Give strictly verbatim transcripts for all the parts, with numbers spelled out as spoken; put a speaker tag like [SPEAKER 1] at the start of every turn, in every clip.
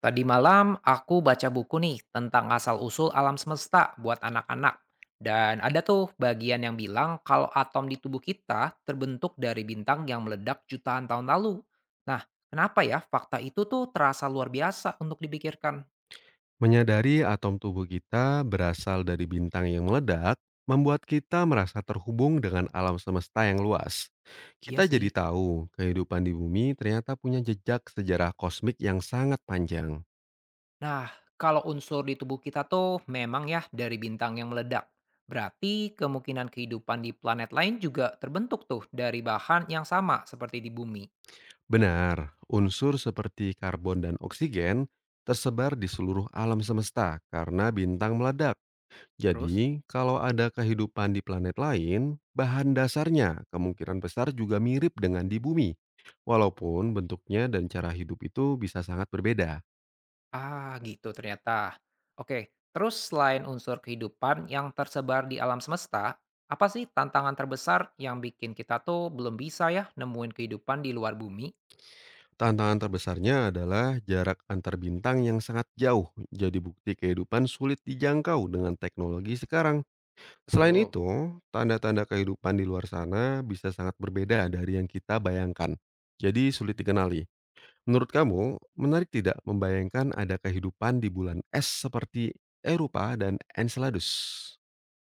[SPEAKER 1] Tadi malam aku baca buku nih tentang asal-usul alam semesta buat anak-anak. Dan ada tuh bagian yang bilang kalau atom di tubuh kita terbentuk dari bintang yang meledak jutaan tahun lalu. Nah, kenapa ya fakta itu tuh terasa luar biasa untuk dipikirkan?
[SPEAKER 2] Menyadari atom tubuh kita berasal dari bintang yang meledak, membuat kita merasa terhubung dengan alam semesta yang luas.
[SPEAKER 1] Iya
[SPEAKER 2] Kita jadi
[SPEAKER 1] sih.
[SPEAKER 2] tahu kehidupan di bumi ternyata punya jejak sejarah kosmik yang sangat panjang.
[SPEAKER 1] Nah, kalau unsur di tubuh kita tuh memang ya dari bintang yang meledak. Berarti kemungkinan kehidupan di planet lain juga terbentuk tuh dari bahan yang sama seperti di bumi.
[SPEAKER 2] Benar, unsur seperti karbon dan oksigen tersebar di seluruh alam semesta karena bintang meledak.
[SPEAKER 1] Terus?
[SPEAKER 2] Jadi, kalau ada kehidupan di planet lain, bahan dasarnya kemungkinan besar juga mirip dengan di bumi. Walaupun bentuknya dan cara hidup itu bisa sangat berbeda.
[SPEAKER 1] Ah, gitu ternyata. Oke, terus selain unsur kehidupan yang tersebar di alam semesta, apa sih tantangan terbesar yang bikin kita tuh belum bisa ya nemuin kehidupan di luar bumi?
[SPEAKER 2] Tantangan terbesarnya adalah jarak antar bintang yang sangat jauh. Jadi bukti kehidupan sulit dijangkau dengan teknologi sekarang. Selain
[SPEAKER 1] Betul.
[SPEAKER 2] itu, tanda-tanda kehidupan di luar sana bisa sangat berbeda dari yang kita bayangkan. Jadi sulit dikenali. Menurut kamu, menarik tidak membayangkan ada kehidupan di bulan es seperti Eropa dan Enceladus?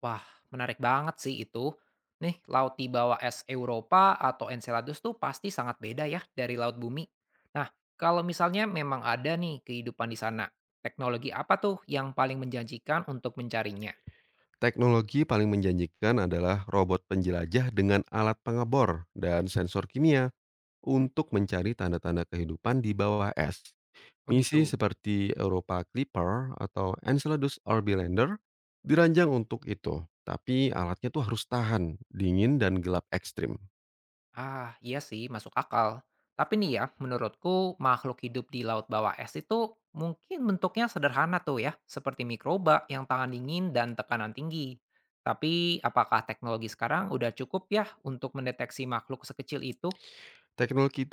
[SPEAKER 1] Wah, menarik banget sih itu. Nih, laut di bawah es Eropa atau Enceladus tuh pasti sangat beda ya dari laut bumi. Nah, kalau misalnya memang ada nih kehidupan di sana, teknologi apa tuh yang paling menjanjikan untuk mencarinya?
[SPEAKER 2] Teknologi paling menjanjikan adalah robot penjelajah dengan alat pengebor dan sensor kimia untuk mencari tanda-tanda kehidupan di bawah es.
[SPEAKER 1] Oh
[SPEAKER 2] Misi
[SPEAKER 1] gitu.
[SPEAKER 2] seperti Europa Clipper atau Enceladus Orbilander dirancang untuk itu, tapi alatnya tuh harus tahan dingin dan gelap ekstrim.
[SPEAKER 1] Ah, iya sih, masuk akal. Tapi nih ya, menurutku makhluk hidup di laut bawah es itu mungkin bentuknya sederhana tuh ya, seperti mikroba yang tahan dingin dan tekanan tinggi. Tapi apakah teknologi sekarang udah cukup ya untuk mendeteksi makhluk sekecil itu?
[SPEAKER 2] Teknologi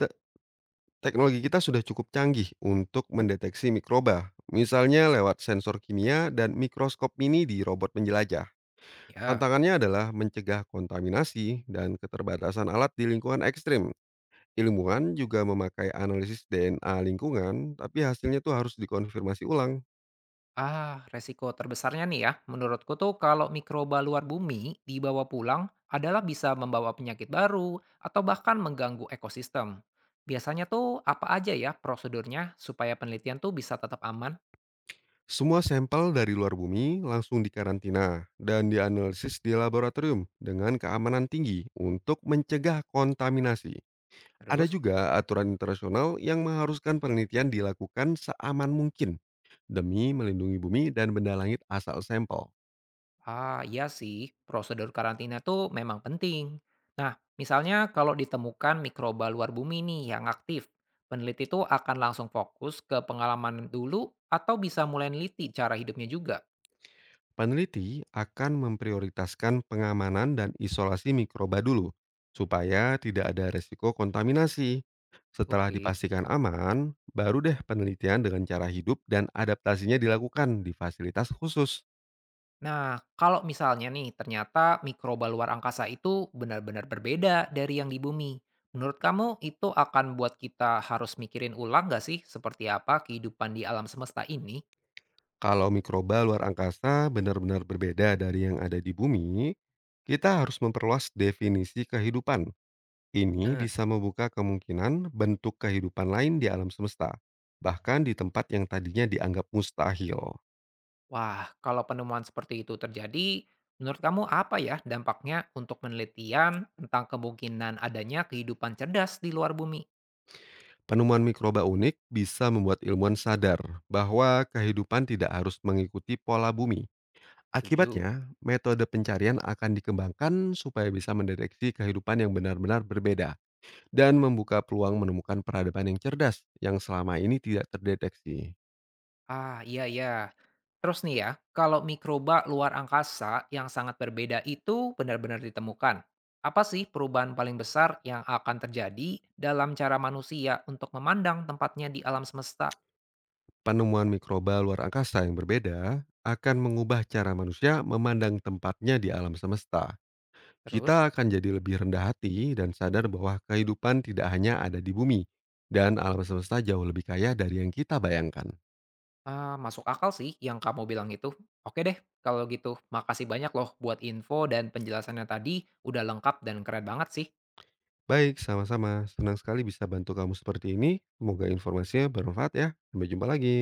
[SPEAKER 2] Teknologi kita sudah cukup canggih untuk mendeteksi mikroba, misalnya lewat sensor kimia dan mikroskop mini di robot penjelajah.
[SPEAKER 1] Ya.
[SPEAKER 2] Tantangannya adalah mencegah kontaminasi dan keterbatasan alat di lingkungan ekstrim. Ilmuwan juga memakai analisis D N A lingkungan, tapi hasilnya tuh harus dikonfirmasi ulang.
[SPEAKER 1] Ah, resiko terbesarnya nih ya, menurutku tuh kalau mikroba luar bumi dibawa pulang adalah bisa membawa penyakit baru atau bahkan mengganggu ekosistem. Biasanya tuh apa aja ya prosedurnya supaya penelitian tuh bisa tetap aman?
[SPEAKER 2] Semua sampel dari luar bumi langsung dikarantina dan dianalisis di laboratorium dengan keamanan tinggi untuk mencegah kontaminasi. Ada
[SPEAKER 1] Terus?
[SPEAKER 2] juga aturan internasional yang mengharuskan penelitian dilakukan seaman mungkin demi melindungi bumi dan benda langit asal sampel.
[SPEAKER 1] Ah, iya sih, prosedur karantina tuh memang penting. Nah, misalnya kalau ditemukan mikroba luar bumi nih yang aktif, peneliti tuh akan langsung fokus ke pengalaman dulu atau bisa mulai neliti cara hidupnya juga.
[SPEAKER 2] Peneliti akan memprioritaskan pengamanan dan isolasi mikroba dulu, supaya tidak ada resiko kontaminasi. Setelah
[SPEAKER 1] Oke.
[SPEAKER 2] dipastikan aman, baru deh penelitian dengan cara hidup dan adaptasinya dilakukan di fasilitas khusus.
[SPEAKER 1] Nah, kalau misalnya nih ternyata mikroba luar angkasa itu benar-benar berbeda dari yang di bumi, menurut kamu itu akan buat kita harus mikirin ulang nggak sih seperti apa kehidupan di alam semesta ini?
[SPEAKER 2] Kalau mikroba luar angkasa benar-benar berbeda dari yang ada di bumi, kita harus memperluas definisi kehidupan. Ini
[SPEAKER 1] Benar.
[SPEAKER 2] bisa membuka kemungkinan bentuk kehidupan lain di alam semesta, bahkan di tempat yang tadinya dianggap mustahil.
[SPEAKER 1] Wah, kalau penemuan seperti itu terjadi, menurut kamu apa ya dampaknya untuk penelitian tentang kemungkinan adanya kehidupan cerdas di luar bumi?
[SPEAKER 2] Penemuan mikroba unik bisa membuat ilmuwan sadar bahwa kehidupan tidak harus mengikuti pola bumi.
[SPEAKER 1] Tujuh.
[SPEAKER 2] Akibatnya, metode pencarian akan dikembangkan supaya bisa mendeteksi kehidupan yang benar-benar berbeda dan membuka peluang menemukan peradaban yang cerdas yang selama ini tidak terdeteksi.
[SPEAKER 1] Ah, iya iya. Terus nih ya, kalau mikroba luar angkasa yang sangat berbeda itu benar-benar ditemukan, apa sih perubahan paling besar yang akan terjadi dalam cara manusia untuk memandang tempatnya di alam semesta?
[SPEAKER 2] Penemuan mikroba luar angkasa yang berbeda akan mengubah cara manusia memandang tempatnya di alam semesta.
[SPEAKER 1] Terus,
[SPEAKER 2] Kita akan jadi lebih rendah hati dan sadar bahwa kehidupan tidak hanya ada di bumi dan alam semesta jauh lebih kaya dari yang kita bayangkan.
[SPEAKER 1] ah, masuk akal sih yang kamu bilang itu. Oke deh, kalau gitu makasih banyak loh buat info dan penjelasannya tadi, udah lengkap dan keren banget sih.
[SPEAKER 2] Baik, sama-sama. Senang sekali bisa bantu kamu seperti ini. Semoga informasinya bermanfaat ya. Sampai jumpa lagi.